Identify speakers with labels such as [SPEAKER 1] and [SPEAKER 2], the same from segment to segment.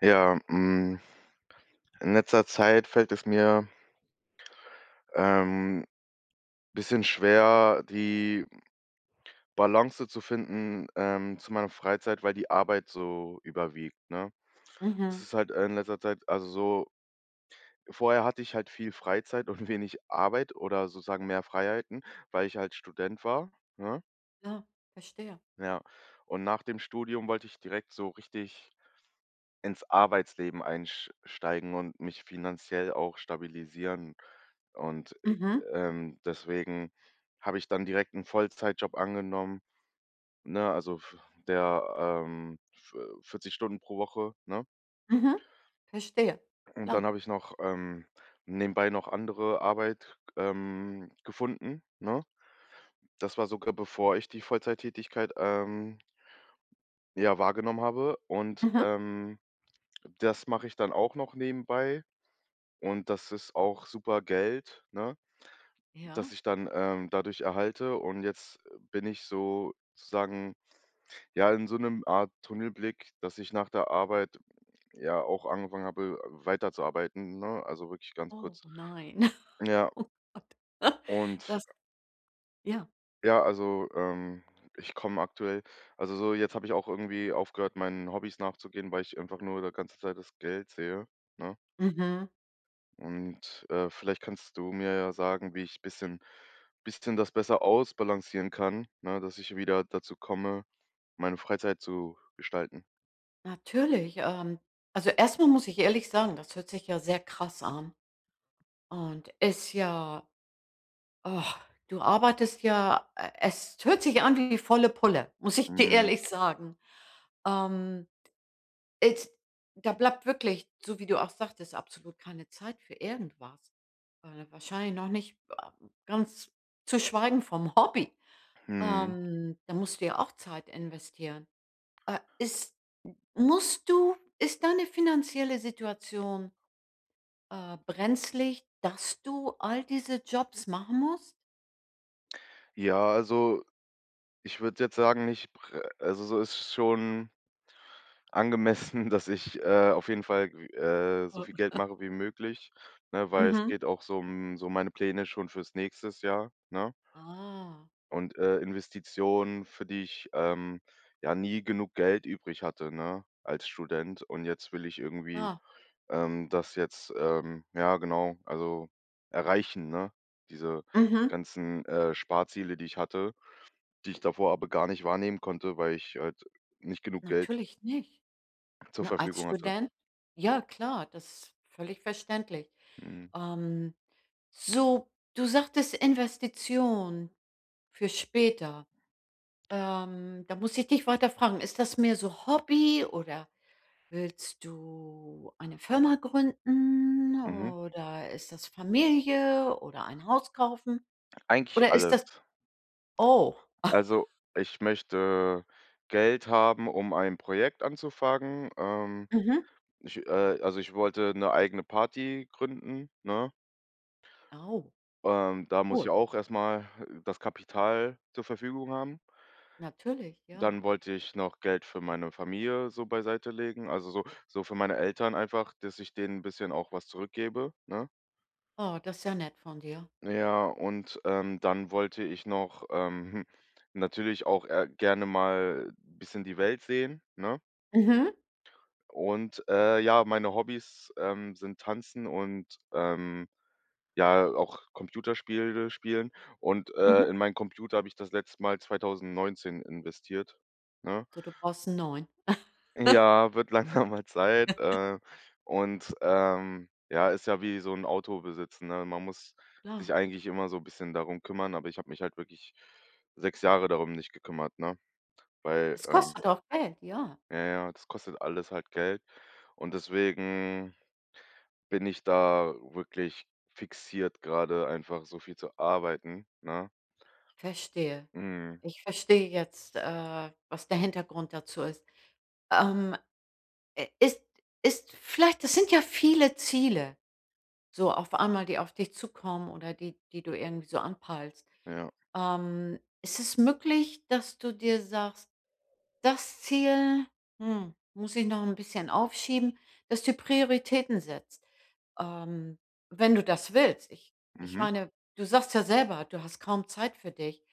[SPEAKER 1] Ja, hm, in letzter Zeit fällt es mir, ähm, bisschen schwer, die Balance zu finden, zu meiner Freizeit, weil die Arbeit so überwiegt, ne? Es
[SPEAKER 2] Mhm.
[SPEAKER 1] ist halt in letzter Zeit also so vorher hatte ich halt viel Freizeit und wenig Arbeit oder sozusagen mehr Freiheiten, weil ich halt Student war, ne?
[SPEAKER 2] Ja, verstehe.
[SPEAKER 1] Ja. Und nach dem Studium wollte ich direkt so richtig ins Arbeitsleben einsteigen und mich finanziell auch stabilisieren und
[SPEAKER 2] Mhm.
[SPEAKER 1] Deswegen habe ich dann direkt einen Vollzeitjob angenommen, ne, also v der, v 40 Stunden pro Woche, ne?
[SPEAKER 2] Mhm. Verstehe,
[SPEAKER 1] Und dann
[SPEAKER 2] klar.
[SPEAKER 1] habe ich noch, nebenbei noch andere Arbeit, gefunden, ne? Das war sogar bevor ich die Vollzeittätigkeit, ja, wahrgenommen habe und,
[SPEAKER 2] Mhm.
[SPEAKER 1] das mache ich dann auch noch nebenbei und das ist auch super Geld, ne, das
[SPEAKER 2] Ja.
[SPEAKER 1] ich dann, dadurch erhalte und jetzt bin ich so sozusagen ja, in so einem Art Tunnelblick, dass ich nach der Arbeit ja auch angefangen habe, weiterzuarbeiten, ne? Also, wirklich ganz
[SPEAKER 2] Oh
[SPEAKER 1] kurz.
[SPEAKER 2] nein.
[SPEAKER 1] Ja,
[SPEAKER 2] Oh Gott.
[SPEAKER 1] und
[SPEAKER 2] Das ja.
[SPEAKER 1] ja, also, ich komme aktuell also, so jetzt habe ich auch irgendwie aufgehört, meinen Hobbys nachzugehen, weil ich einfach nur die ganze Zeit das Geld sehe, ne?
[SPEAKER 2] Mhm.
[SPEAKER 1] Und, vielleicht kannst du mir ja sagen, wie ich bisschen das besser ausbalancieren kann, ne, dass ich wieder dazu komme, meine Freizeit zu gestalten.
[SPEAKER 2] Natürlich, also erstmal muss ich ehrlich sagen, das hört sich ja sehr krass an und oh, du arbeitest ja e es hört sich an wie volle Pulle, muss ich dir
[SPEAKER 1] Mhm,
[SPEAKER 2] ehrlich sagen. Ähm, es da bleibt wirklich, so wie du auch sagtest, absolut keine Zeit für irgendwas. Wahrscheinlich noch nicht a ganz zu schweigen vom Hobby.
[SPEAKER 1] mhm.
[SPEAKER 2] Da musst du ja auch Zeit investieren. Ist musst du ist deine finanzielle Situation, brenzlig, dass du all diese Jobs machen musst?
[SPEAKER 1] Ja, also ich würde jetzt sagen, nicht prä also, so ist schon angemessen, dass ich, auf jeden Fall, so viel Geld
[SPEAKER 2] Mhm.
[SPEAKER 1] mache wie möglich, ne, weil es
[SPEAKER 2] Mhm.
[SPEAKER 1] geht auch so um so meine Pläne schon fürs nächstes Jahr, ne?
[SPEAKER 2] Ah,
[SPEAKER 1] Und, Investitionen, für die ich, ja, nie genug Geld übrig hatte, ne, als Student. Und jetzt will ich irgendwie,
[SPEAKER 2] ja.
[SPEAKER 1] das jetzt, ja genau, also erreichen, ne, diese
[SPEAKER 2] Mhm.
[SPEAKER 1] ganzen, Sparziele, die ich hatte. Die ich davor aber gar nicht wahrnehmen konnte, weil ich halt nicht genug Geld
[SPEAKER 2] Natürlich nicht.
[SPEAKER 1] zur
[SPEAKER 2] Ne, als
[SPEAKER 1] Verfügung hatte.
[SPEAKER 2] Student, ja klar, das ist völlig verständlich.
[SPEAKER 1] Mhm.
[SPEAKER 2] Ähm So, du sagtest Investition für später. Da muss ich dich weiter fragen, ist das mehr so Hobby oder willst du eine Firma gründen
[SPEAKER 1] Mhm.
[SPEAKER 2] oder ist das Familie oder ein Haus kaufen?
[SPEAKER 1] Eigentlich
[SPEAKER 2] Oder ist
[SPEAKER 1] alles.
[SPEAKER 2] das oh.
[SPEAKER 1] Also, ich möchte Geld haben, um ein Projekt anzufangen.
[SPEAKER 2] Mhm.
[SPEAKER 1] Ich also, ich wollte eine eigene Party gründen, ne?
[SPEAKER 2] Oh,
[SPEAKER 1] Da muss ich
[SPEAKER 2] cool.
[SPEAKER 1] auch erstmal das Kapital zur Verfügung haben.
[SPEAKER 2] Natürlich, ja.
[SPEAKER 1] Dann wollte ich noch Geld für meine Familie so beiseite legen. Also, so für meine Eltern einfach, dass ich denen ein bisschen auch was zurückgebe, ne?
[SPEAKER 2] Oh, das ist ja nett von dir.
[SPEAKER 1] Ja, und, dann wollte ich noch, natürlich auch, gerne mal ein bisschen die Welt sehen, ne?
[SPEAKER 2] Mhm,
[SPEAKER 1] Und, ja, meine Hobbys, sind Tanzen und, ja, auch Computerspiele spielen. Und,
[SPEAKER 2] mhm.
[SPEAKER 1] in meinen Computer habe ich das letzte Mal 2019 investiert, ne?
[SPEAKER 2] So, du brauchst 'n neuen.
[SPEAKER 1] Ja, wird langsam mal Zeit, und, ja, ist ja wie so 'n Auto besitzen, ne? Man muss
[SPEAKER 2] Klar.
[SPEAKER 1] sich eigentlich immer so 'n bisschen darum kümmern, aber ich habe mich halt wirklich 6 Jahre darum nicht gekümmert, ne? Weil,
[SPEAKER 2] Es kostet auch Geld, ja.
[SPEAKER 1] ja, das kostet alles halt Geld und deswegen bin ich da wirklich fixiert grade einfach so viel zu arbeiten, ne?
[SPEAKER 2] Verstehe.
[SPEAKER 1] Mhm,
[SPEAKER 2] Ich verstehe jetzt, was der Hintergrund dazu ist. Ähm, äh, ist ist vielleicht, das sind ja viele Ziele, so auf einmal, die auf dich zukommen oder die du irgendwie so anpeilst.
[SPEAKER 1] ja.
[SPEAKER 2] Ist es möglich, dass du dir sagst: „Das Ziel, muss ich noch ein bisschen aufschieben“, dass du Prioritäten setzt? Ähm, Wenn du das willst. Ich
[SPEAKER 1] Mhm,
[SPEAKER 2] meine, du sagst ja selber, du hast kaum Zeit für dich.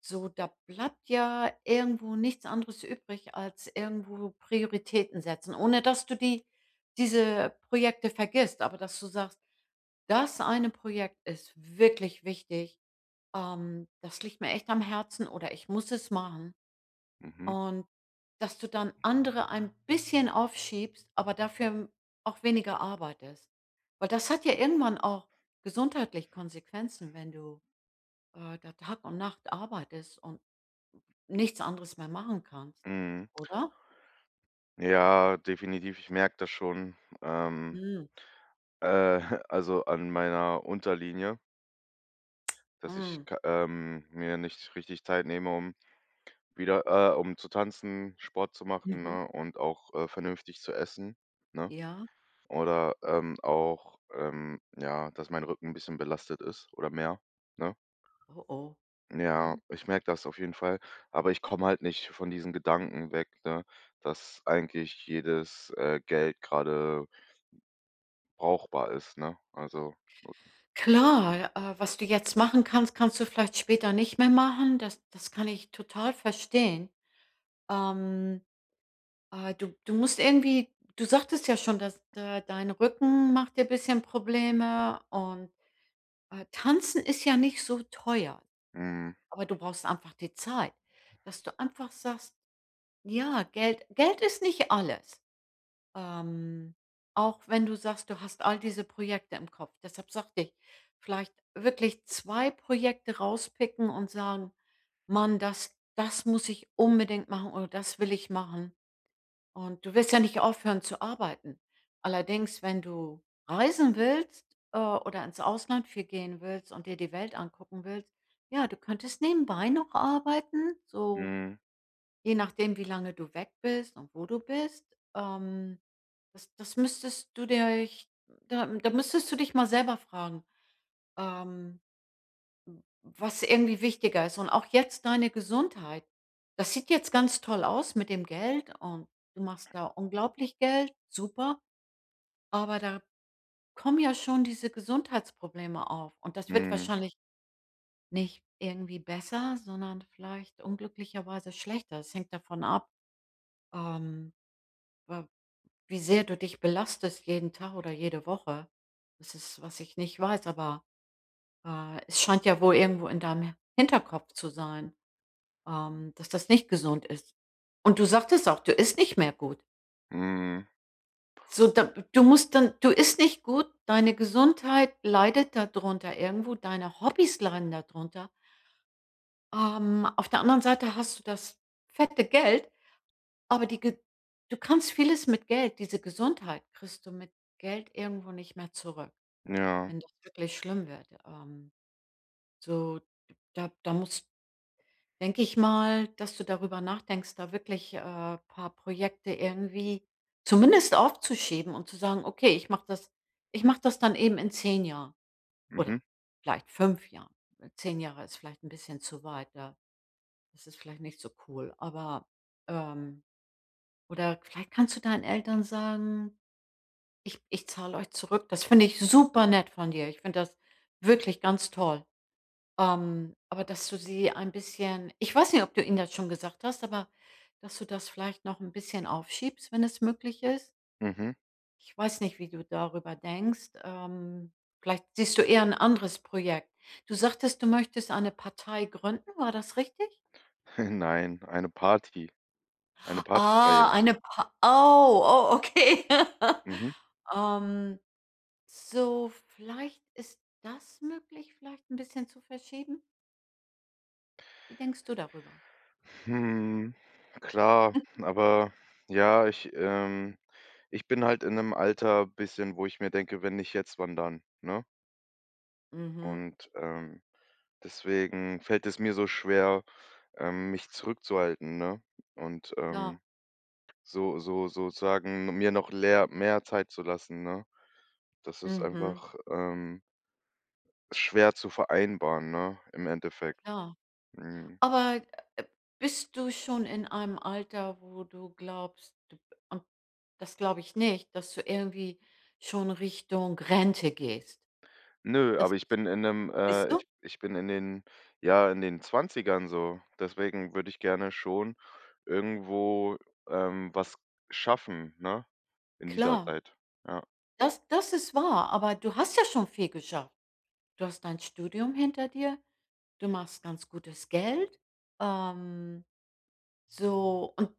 [SPEAKER 2] So, da bleibt ja irgendwo nichts anderes übrig, als irgendwo Prioritäten setzen, ohne dass du diese Projekte vergisst, aber dass du sagst: „Das eine Projekt ist wirklich wichtig. Das liegt mir echt am Herzen oder ich muss es machen.“
[SPEAKER 1] mhm,
[SPEAKER 2] Und dass du dann andere ein bisschen aufschiebst, aber dafür auch weniger arbeitest. Weil das hat ja irgendwann auch gesundheitlich Konsequenzen, wenn du, da Tag und Nacht arbeitest und nichts anderes mehr machen kannst,
[SPEAKER 1] mhm.
[SPEAKER 2] oder?
[SPEAKER 1] Ja, definitiv, ich merke das schon, ähm
[SPEAKER 2] Mhm.
[SPEAKER 1] äh, also an meiner Unterlinie, dass ich
[SPEAKER 2] Mhm.
[SPEAKER 1] k mir nicht richtig Zeit nehme, um wieder um zu tanzen, Sport zu machen,
[SPEAKER 2] Mhm.
[SPEAKER 1] ne, und auch, vernünftig zu essen, ne?
[SPEAKER 2] Ja.
[SPEAKER 1] Oder, auch, ja, dass mein Rücken ein bisschen belastet ist oder mehr, ne?
[SPEAKER 2] Oh, oh.
[SPEAKER 1] Ja,
[SPEAKER 2] Ja.
[SPEAKER 1] ich merke das auf jeden Fall, aber ich komme halt nicht von diesen Gedanken weg, ne, dass eigentlich jedes, Geld gerade brauchbar ist, ne? Also,
[SPEAKER 2] Klar, was du jetzt machen kannst, kannst du vielleicht später nicht mehr machen. Das kann ich total verstehen. Ähm du musst irgendwie, du sagtest ja schon, dass de dein Rücken macht dir ein bisschen Probleme, und Tanzen ist ja nicht so teuer,
[SPEAKER 1] mhm,
[SPEAKER 2] aber du brauchst einfach die Zeit, dass du einfach sagst: „Ja, Geld ist nicht alles.“ Ähm, auch wenn du sagst, du hast all diese Projekte im Kopf. Deshalb sagte ich, vielleicht wirklich 2 Projekte rauspicken und sagen: „Mann, das muss ich unbedingt machen oder das will ich machen.“ Und du wirst ja nicht aufhören zu arbeiten. Allerdings, wenn du reisen willst, oder ins Ausland viel gehen willst und dir die Welt angucken willst, ja, du könntest nebenbei noch arbeiten, so
[SPEAKER 1] mhm,
[SPEAKER 2] je nachdem, wie lange du weg bist und wo du bist. Ähm, das müsstest du dich da müsstest du dich mal selber fragen, ähm, was irgendwie wichtiger ist. Und auch jetzt deine Gesundheit. Das sieht jetzt ganz toll aus mit dem Geld und du machst da unglaublich Geld, super. Aber da kommen ja schon diese Gesundheitsprobleme auf und das wird
[SPEAKER 1] mhm,
[SPEAKER 2] wahrscheinlich nicht irgendwie besser, sondern vielleicht unglücklicherweise schlechter. Es hängt davon ab, ähm, wa wie sehr du dich belastest jeden Tag oder jede Woche. Das ist, was ich nicht weiß, aber, es scheint ja wohl irgendwo in deinem Hinterkopf zu sein, dass das nicht gesund ist. Und du sagtest auch, du isst nicht mehr gut.
[SPEAKER 1] mhm.
[SPEAKER 2] So, da du musst dann, du isst nicht gut, deine Gesundheit leidet darunter irgendwo, deine Hobbys leiden darunter. Auf der anderen Seite hast du das fette Geld, aber die Ge du kannst vieles mit Geld, diese Gesundheit kriegst du mit Geld irgendwo nicht mehr zurück,
[SPEAKER 1] Ja.
[SPEAKER 2] wenn das wirklich schlimm wird. So, da da musst denke ich mal, dass du darüber nachdenkst, da wirklich, paar Projekte irgendwie zumindest aufzuschieben und zu sagen: „Okay, ich mache das dann eben in 10 Jahren
[SPEAKER 1] Mhm.
[SPEAKER 2] oder vielleicht 5 Jahren.“ 10 Jahre ist vielleicht ein bisschen zu weit, da, das ist vielleicht nicht so cool, aber, ähm oder vielleicht kannst du deinen Eltern sagen: „Ich zahle euch zurück.“ Das finde ich super nett von dir. Ich finde das wirklich ganz toll. Aber dass du sie ein bisschen, ich weiß nicht, ob du ihnen das schon gesagt hast, aber dass du das vielleicht noch ein bisschen aufschiebst, wenn es möglich ist.
[SPEAKER 1] Mhm.
[SPEAKER 2] Ich weiß nicht, wie du darüber denkst. Vielleicht siehst du eher ein anderes Projekt. Du sagtest, du möchtest eine Partei gründen, war das richtig?
[SPEAKER 1] Nein, eine Party, eine
[SPEAKER 2] Ah,
[SPEAKER 1] Partyreihe.
[SPEAKER 2] eine Pa oh, oh, okay.
[SPEAKER 1] Mhm.
[SPEAKER 2] Ähm, so, vielleicht ist das möglich, vielleicht ein bisschen zu verschieben? Wie denkst du darüber?
[SPEAKER 1] Hm, klar, aber ja, ich, ich bin halt in einem Alter bisschen, wo ich mir denke: „Wenn nicht jetzt, wann dann?“, ne?
[SPEAKER 2] Mhm,
[SPEAKER 1] Und, deswegen fällt es mir so schwer, mich zurückzuhalten, ne? Und,
[SPEAKER 2] klar.
[SPEAKER 1] so sozusagen mir noch leer mehr Zeit zu lassen, ne? Das ist
[SPEAKER 2] Mhm.
[SPEAKER 1] einfach, schwer zu vereinbaren, ne, im Endeffekt.
[SPEAKER 2] Ja,
[SPEAKER 1] Mhm.
[SPEAKER 2] aber, äh, bist du schon in einem Alter, wo du glaubst, du, und das glaube ich nicht, dass du irgendwie schon Richtung Rente gehst.
[SPEAKER 1] Nö, aber
[SPEAKER 2] Das
[SPEAKER 1] ich bin in 'nem
[SPEAKER 2] bist du?
[SPEAKER 1] ich bin in den ja, in den Zwanzigern so. Deswegen würde ich gerne schon irgendwo, was schaffen, ne, in dieser
[SPEAKER 2] Klar,
[SPEAKER 1] Zeit. Ja.
[SPEAKER 2] das ist wahr, aber du hast ja schon viel geschafft. Du hast dein Studium hinter dir, du machst ganz gutes Geld, ähm und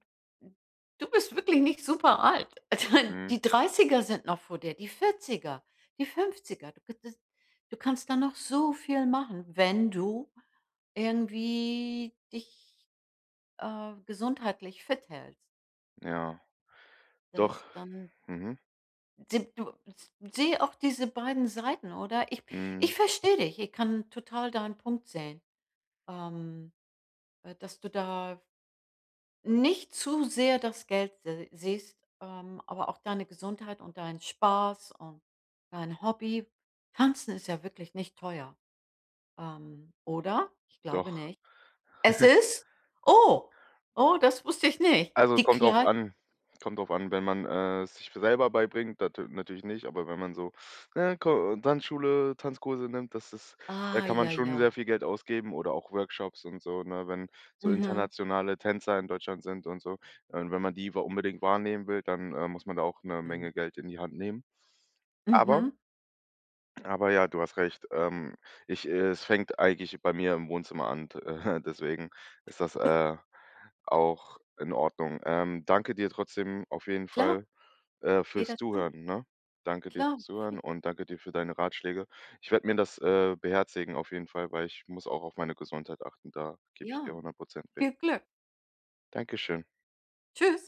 [SPEAKER 2] du bist wirklich nicht super alt.
[SPEAKER 1] Mhm.
[SPEAKER 2] Die Dreißiger sind noch vor dir, die Vierziger, die Fünfziger. Du kannst da noch so viel machen, wenn du irgendwie dich, gesundheitlich fit hältst.
[SPEAKER 1] Ja. Doch.
[SPEAKER 2] Das dann
[SPEAKER 1] Mhm.
[SPEAKER 2] se du s sehe auch diese beiden Seiten, oder? Ich
[SPEAKER 1] Mhm.
[SPEAKER 2] ich verstehe dich. Ich kann total deinen Punkt sehen, ähm, dass du da nicht zu sehr das Geld se siehst, aber auch deine Gesundheit und deinen Spaß und dein Hobby. Tanzen ist ja wirklich nicht teuer, oder? Ich glaube
[SPEAKER 1] Doch.
[SPEAKER 2] nicht. Es ist? Oh, oh, das wusste ich nicht.
[SPEAKER 1] Also,
[SPEAKER 2] Die
[SPEAKER 1] kommt drauf
[SPEAKER 2] Klei
[SPEAKER 1] an. Kommt drauf an, wenn man, es sich selber beibringt, natürlich nicht, aber wenn man so, ne, Ko Tanzschule, Tanzkurse nimmt, das ist da
[SPEAKER 2] ah,
[SPEAKER 1] kann man
[SPEAKER 2] ja,
[SPEAKER 1] schon
[SPEAKER 2] ja.
[SPEAKER 1] sehr viel Geld ausgeben oder auch Workshops und so, ne, wenn so
[SPEAKER 2] Mhm.
[SPEAKER 1] internationale Tänzer in Deutschland sind und so. Und wenn man die wa unbedingt wahrnehmen will, dann, muss man da auch 'ne
[SPEAKER 2] Mhm.
[SPEAKER 1] Menge Geld in die Hand nehmen. Aber
[SPEAKER 2] Mhm.
[SPEAKER 1] aber ja, du hast recht. Ich es fängt eigentlich bei mir im Wohnzimmer an, t deswegen ist das, auch in Ordnung. Danke dir trotzdem auf jeden
[SPEAKER 2] Klar,
[SPEAKER 1] Fall, fürs
[SPEAKER 2] jederzeit.
[SPEAKER 1] Zuhören, ne? Danke dir
[SPEAKER 2] Klar,
[SPEAKER 1] fürs Zuhören
[SPEAKER 2] vi
[SPEAKER 1] und danke dir für deine Ratschläge. Ich werde mir das, beherzigen auf jeden Fall, weil ich muss auch auf meine Gesundheit achten. Da gebe ich dir
[SPEAKER 2] ja.
[SPEAKER 1] 100% recht.
[SPEAKER 2] Viel Glück.
[SPEAKER 1] Dankeschön.
[SPEAKER 2] Tschüss.